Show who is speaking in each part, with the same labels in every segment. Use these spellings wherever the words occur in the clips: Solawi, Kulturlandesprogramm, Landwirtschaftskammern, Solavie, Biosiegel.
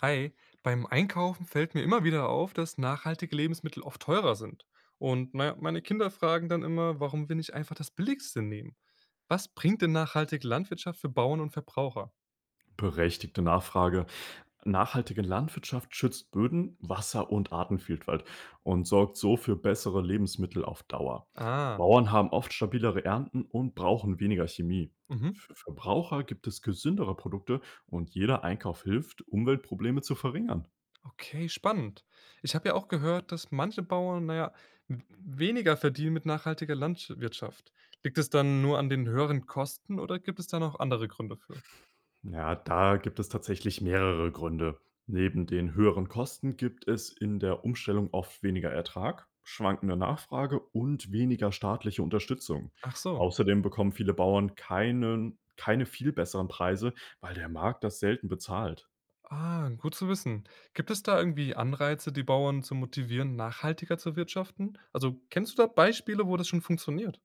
Speaker 1: Hi, beim Einkaufen fällt mir immer wieder auf, dass nachhaltige Lebensmittel oft teurer sind. Und naja, meine Kinder fragen dann immer, warum wir nicht einfach das Billigste nehmen. Was bringt denn nachhaltige Landwirtschaft für Bauern und Verbraucher?
Speaker 2: Berechtigte Nachfrage. Nachhaltige Landwirtschaft schützt Böden, Wasser und Artenvielfalt und sorgt so für bessere Lebensmittel auf Dauer.
Speaker 1: Ah,
Speaker 2: Bauern haben oft stabilere Ernten und brauchen weniger Chemie.
Speaker 1: mhm.
Speaker 2: Für Verbraucher gibt es gesündere Produkte und jeder Einkauf hilft, Umweltprobleme zu verringern.
Speaker 1: Okay, spannend. Ich habe ja auch gehört, dass manche Bauern, naja, weniger verdienen mit nachhaltiger Landwirtschaft. Liegt es dann nur an den höheren Kosten oder gibt es da noch andere Gründe für?
Speaker 2: Ja, da gibt es tatsächlich mehrere Gründe. Neben den höheren Kosten gibt es in der Umstellung oft weniger Ertrag, schwankende Nachfrage und weniger staatliche Unterstützung.
Speaker 1: Ach so.
Speaker 2: Außerdem bekommen viele Bauern keine viel besseren Preise, weil der Markt das selten bezahlt.
Speaker 1: Ah, gut zu wissen. Gibt es da irgendwie Anreize, die Bauern zu motivieren, nachhaltiger zu wirtschaften? Also, kennst du da Beispiele, wo das schon funktioniert?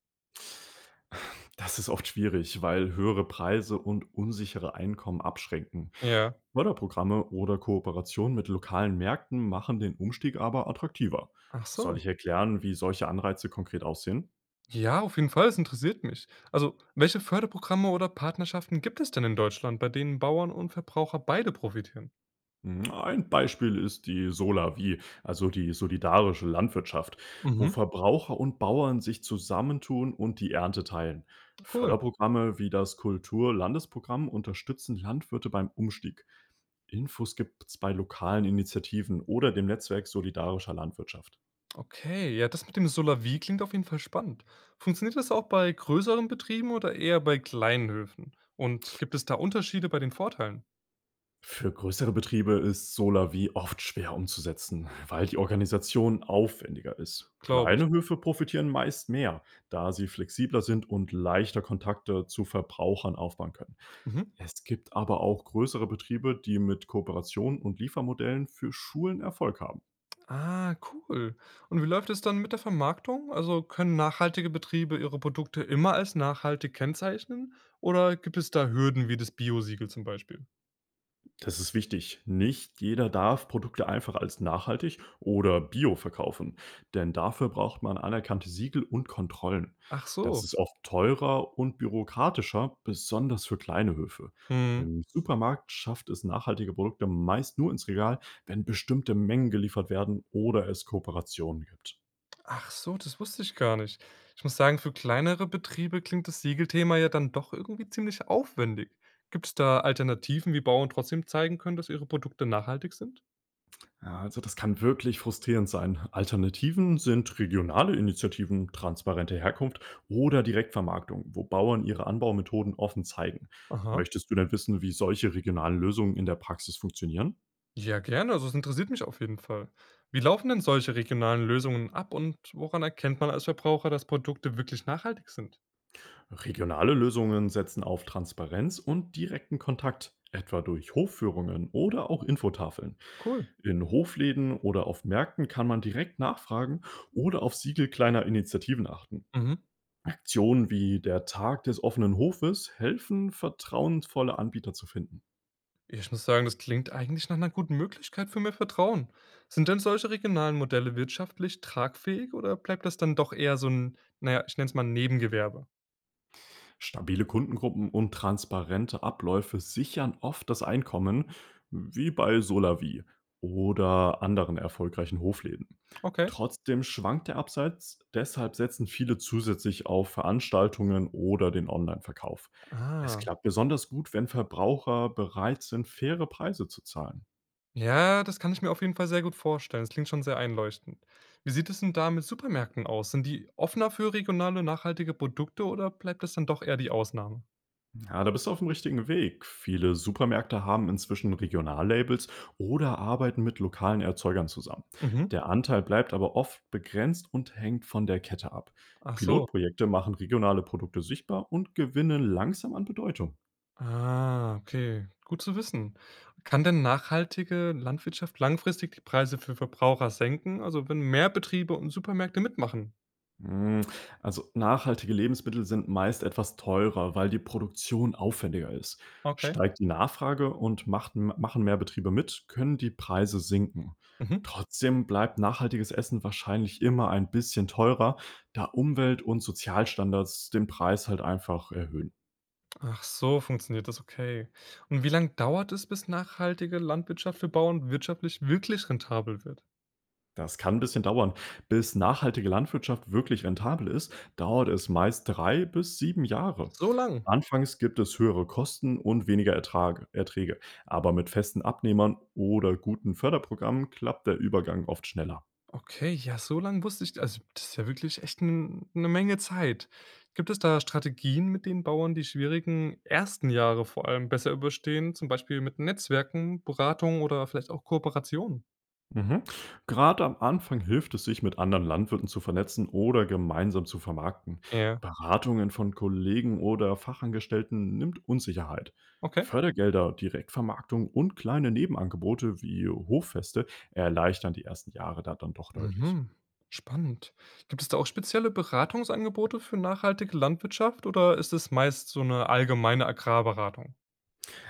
Speaker 2: Das ist oft schwierig, weil höhere Preise und unsichere Einkommen abschränken.
Speaker 1: Ja.
Speaker 2: Förderprogramme oder Kooperationen mit lokalen Märkten machen den Umstieg aber attraktiver.
Speaker 1: Ach
Speaker 2: Soll
Speaker 1: so.
Speaker 2: ich erklären, wie solche Anreize konkret aussehen?
Speaker 1: Ja, auf jeden Fall, es interessiert mich. Also, welche Förderprogramme oder Partnerschaften gibt es denn in Deutschland, bei denen Bauern und Verbraucher beide profitieren?
Speaker 2: Mhm, Ein Beispiel ist die Solawi, also die solidarische Landwirtschaft, wo
Speaker 1: Mhm.
Speaker 2: Verbraucher und Bauern sich zusammentun und die Ernte teilen.
Speaker 1: Cool.
Speaker 2: Förderprogramme wie das Kulturlandesprogramm unterstützen Landwirte beim Umstieg. Infos gibt's bei lokalen Initiativen oder dem Netzwerk solidarischer Landwirtschaft.
Speaker 1: Okay, ja, das mit dem Solavie klingt auf jeden Fall spannend. Funktioniert das auch bei größeren Betrieben oder eher bei kleinen Höfen? Und gibt es da Unterschiede bei den Vorteilen?
Speaker 2: Für größere Betriebe ist Solar-Wie oft schwer umzusetzen, weil die Organisation aufwendiger ist.
Speaker 1: Glaube ich.
Speaker 2: Kleine Höfe profitieren meist mehr, da sie flexibler sind und leichter Kontakte zu Verbrauchern aufbauen können.
Speaker 1: Mhm.
Speaker 2: Es gibt aber auch größere Betriebe, die mit Kooperationen und Liefermodellen für Schulen Erfolg haben.
Speaker 1: Ah, cool. Und wie läuft es dann mit der Vermarktung? Also können nachhaltige Betriebe ihre Produkte immer als nachhaltig kennzeichnen? Oder gibt es da Hürden wie das Biosiegel zum Beispiel?
Speaker 2: Das ist wichtig. Nicht jeder darf Produkte einfach als nachhaltig oder bio verkaufen, denn dafür braucht man anerkannte Siegel und Kontrollen.
Speaker 1: Ach
Speaker 2: Das
Speaker 1: so.
Speaker 2: ist oft teurer und bürokratischer, besonders für kleine Höfe.
Speaker 1: Mhm.
Speaker 2: Im Supermarkt schafft es nachhaltige Produkte meist nur ins Regal, wenn bestimmte Mengen geliefert werden oder es Kooperationen gibt.
Speaker 1: Ach so, das wusste ich gar nicht. Ich muss sagen, für kleinere Betriebe klingt das Siegelthema ja dann doch irgendwie ziemlich aufwendig. Gibt es da Alternativen, wie Bauern trotzdem zeigen können, dass ihre Produkte nachhaltig sind?
Speaker 2: Ja, also das kann wirklich frustrierend sein. Alternativen sind regionale Initiativen, transparente Herkunft oder Direktvermarktung, wo Bauern ihre Anbaumethoden offen zeigen.
Speaker 1: Aha.
Speaker 2: Möchtest du denn wissen, wie solche regionalen Lösungen in der Praxis funktionieren?
Speaker 1: Ja, gerne. Also es interessiert mich auf jeden Fall. Wie laufen denn solche regionalen Lösungen ab und woran erkennt man als Verbraucher, dass Produkte wirklich nachhaltig sind?
Speaker 2: Regionale Lösungen setzen auf Transparenz und direkten Kontakt, etwa durch Hofführungen oder auch Infotafeln.
Speaker 1: Cool.
Speaker 2: In Hofläden oder auf Märkten kann man direkt nachfragen oder auf Siegel kleiner Initiativen achten.
Speaker 1: Mhm.
Speaker 2: Aktionen wie der Tag des offenen Hofes helfen, vertrauensvolle Anbieter zu finden.
Speaker 1: Ich muss sagen, das klingt eigentlich nach einer guten Möglichkeit für mehr Vertrauen. Sind denn solche regionalen Modelle wirtschaftlich tragfähig oder bleibt das dann doch eher so ein, naja, ich nenne es mal Nebengewerbe?
Speaker 2: Stabile Kundengruppen und transparente Abläufe sichern oft das Einkommen, wie bei Solavi oder anderen erfolgreichen Hofläden.
Speaker 1: Okay.
Speaker 2: Trotzdem schwankt der Absatz, deshalb setzen viele zusätzlich auf Veranstaltungen oder den Online-Verkauf. Es
Speaker 1: Ah,
Speaker 2: klappt besonders gut, wenn Verbraucher bereit sind, faire Preise zu zahlen.
Speaker 1: ja, das kann ich mir auf jeden Fall sehr gut vorstellen. Das klingt schon sehr einleuchtend. Wie sieht es denn da mit Supermärkten aus? Sind die offener für regionale, nachhaltige Produkte oder bleibt das dann doch eher die Ausnahme?
Speaker 2: Ja, da bist du auf dem richtigen Weg. Viele Supermärkte haben inzwischen Regionallabels oder arbeiten mit lokalen Erzeugern zusammen.
Speaker 1: Mhm.
Speaker 2: Der Anteil bleibt aber oft begrenzt und hängt von der Kette ab.
Speaker 1: Ach so.
Speaker 2: Pilotprojekte machen regionale Produkte sichtbar und gewinnen langsam an Bedeutung.
Speaker 1: Ah, okay. Gut zu wissen. Kann denn nachhaltige Landwirtschaft langfristig die Preise für Verbraucher senken? Also wenn mehr Betriebe und Supermärkte mitmachen?
Speaker 2: Hm, also nachhaltige Lebensmittel sind meist etwas teurer, weil die Produktion aufwendiger ist.
Speaker 1: Okay.
Speaker 2: Steigt die Nachfrage und machen mehr Betriebe mit, können die Preise sinken.
Speaker 1: Mhm.
Speaker 2: Trotzdem bleibt nachhaltiges Essen wahrscheinlich immer ein bisschen teurer, da Umwelt- und Sozialstandards den Preis halt einfach erhöhen.
Speaker 1: Ach so, funktioniert das okay. Und wie lange dauert es, bis nachhaltige Landwirtschaft für Bauern wirtschaftlich wirklich rentabel wird?
Speaker 2: Das kann ein bisschen dauern. Bis nachhaltige Landwirtschaft wirklich rentabel ist, dauert es meist 3 bis 7 Jahre.
Speaker 1: So lang.
Speaker 2: Anfangs gibt es höhere Kosten und weniger Ertrage Erträge, aber mit festen Abnehmern oder guten Förderprogrammen klappt der Übergang oft schneller.
Speaker 1: Okay, ja, so lang wusste ich also, das ist ja wirklich echt eine Menge Zeit. Gibt es da Strategien, mit denen Bauern die schwierigen ersten Jahre vor allem besser überstehen, zum Beispiel mit Netzwerken, Beratung oder vielleicht auch Kooperationen?
Speaker 2: Mhm. Gerade am Anfang hilft es, sich mit anderen Landwirten zu vernetzen oder gemeinsam zu vermarkten.
Speaker 1: Ja.
Speaker 2: Beratungen von Kollegen oder Fachangestellten nimmt Unsicherheit.
Speaker 1: Okay.
Speaker 2: Fördergelder, Direktvermarktung und kleine Nebenangebote wie Hoffeste erleichtern die ersten Jahre da dann doch deutlich.
Speaker 1: Mhm. Spannend. Gibt es da auch spezielle Beratungsangebote für nachhaltige Landwirtschaft oder ist es meist so eine allgemeine Agrarberatung?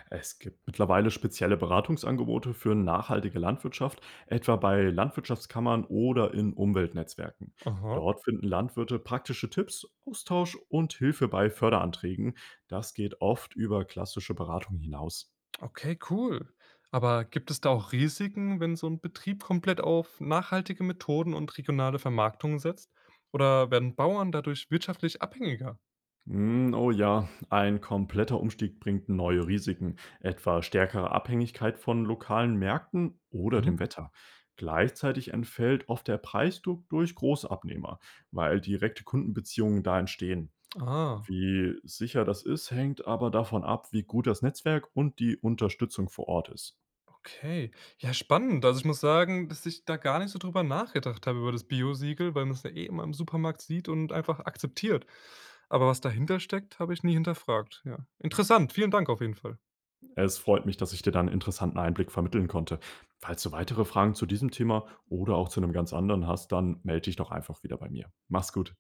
Speaker 2: Es gibt mittlerweile spezielle Beratungsangebote für nachhaltige Landwirtschaft, etwa bei Landwirtschaftskammern oder in Umweltnetzwerken.
Speaker 1: Aha.
Speaker 2: Dort finden Landwirte praktische Tipps, Austausch und Hilfe bei Förderanträgen. Das geht oft über klassische Beratung hinaus.
Speaker 1: Okay, cool. Aber gibt es da auch Risiken, wenn so ein Betrieb komplett auf nachhaltige Methoden und regionale Vermarktung setzt? Oder werden Bauern dadurch wirtschaftlich abhängiger?
Speaker 2: Oh ja, ein kompletter Umstieg bringt neue Risiken, etwa stärkere Abhängigkeit von lokalen Märkten oder
Speaker 1: Mhm.
Speaker 2: dem Wetter. Gleichzeitig entfällt oft der Preisdruck durch Großabnehmer, weil direkte Kundenbeziehungen da entstehen.
Speaker 1: Ah,
Speaker 2: Wie sicher das ist, hängt aber davon ab, wie gut das Netzwerk und die Unterstützung vor Ort ist.
Speaker 1: okay. Ja, spannend. Also, ich muss sagen, dass ich da gar nicht so drüber nachgedacht habe über das Biosiegel, weil man es ja eh immer im Supermarkt sieht und einfach akzeptiert. Aber was dahinter steckt, habe ich nie hinterfragt. Ja, interessant. Vielen Dank auf jeden Fall.
Speaker 2: Es freut mich, dass ich dir dann einen interessanten Einblick vermitteln konnte. Falls du weitere Fragen zu diesem Thema oder auch zu einem ganz anderen hast, dann melde dich doch einfach wieder bei mir. Mach's gut.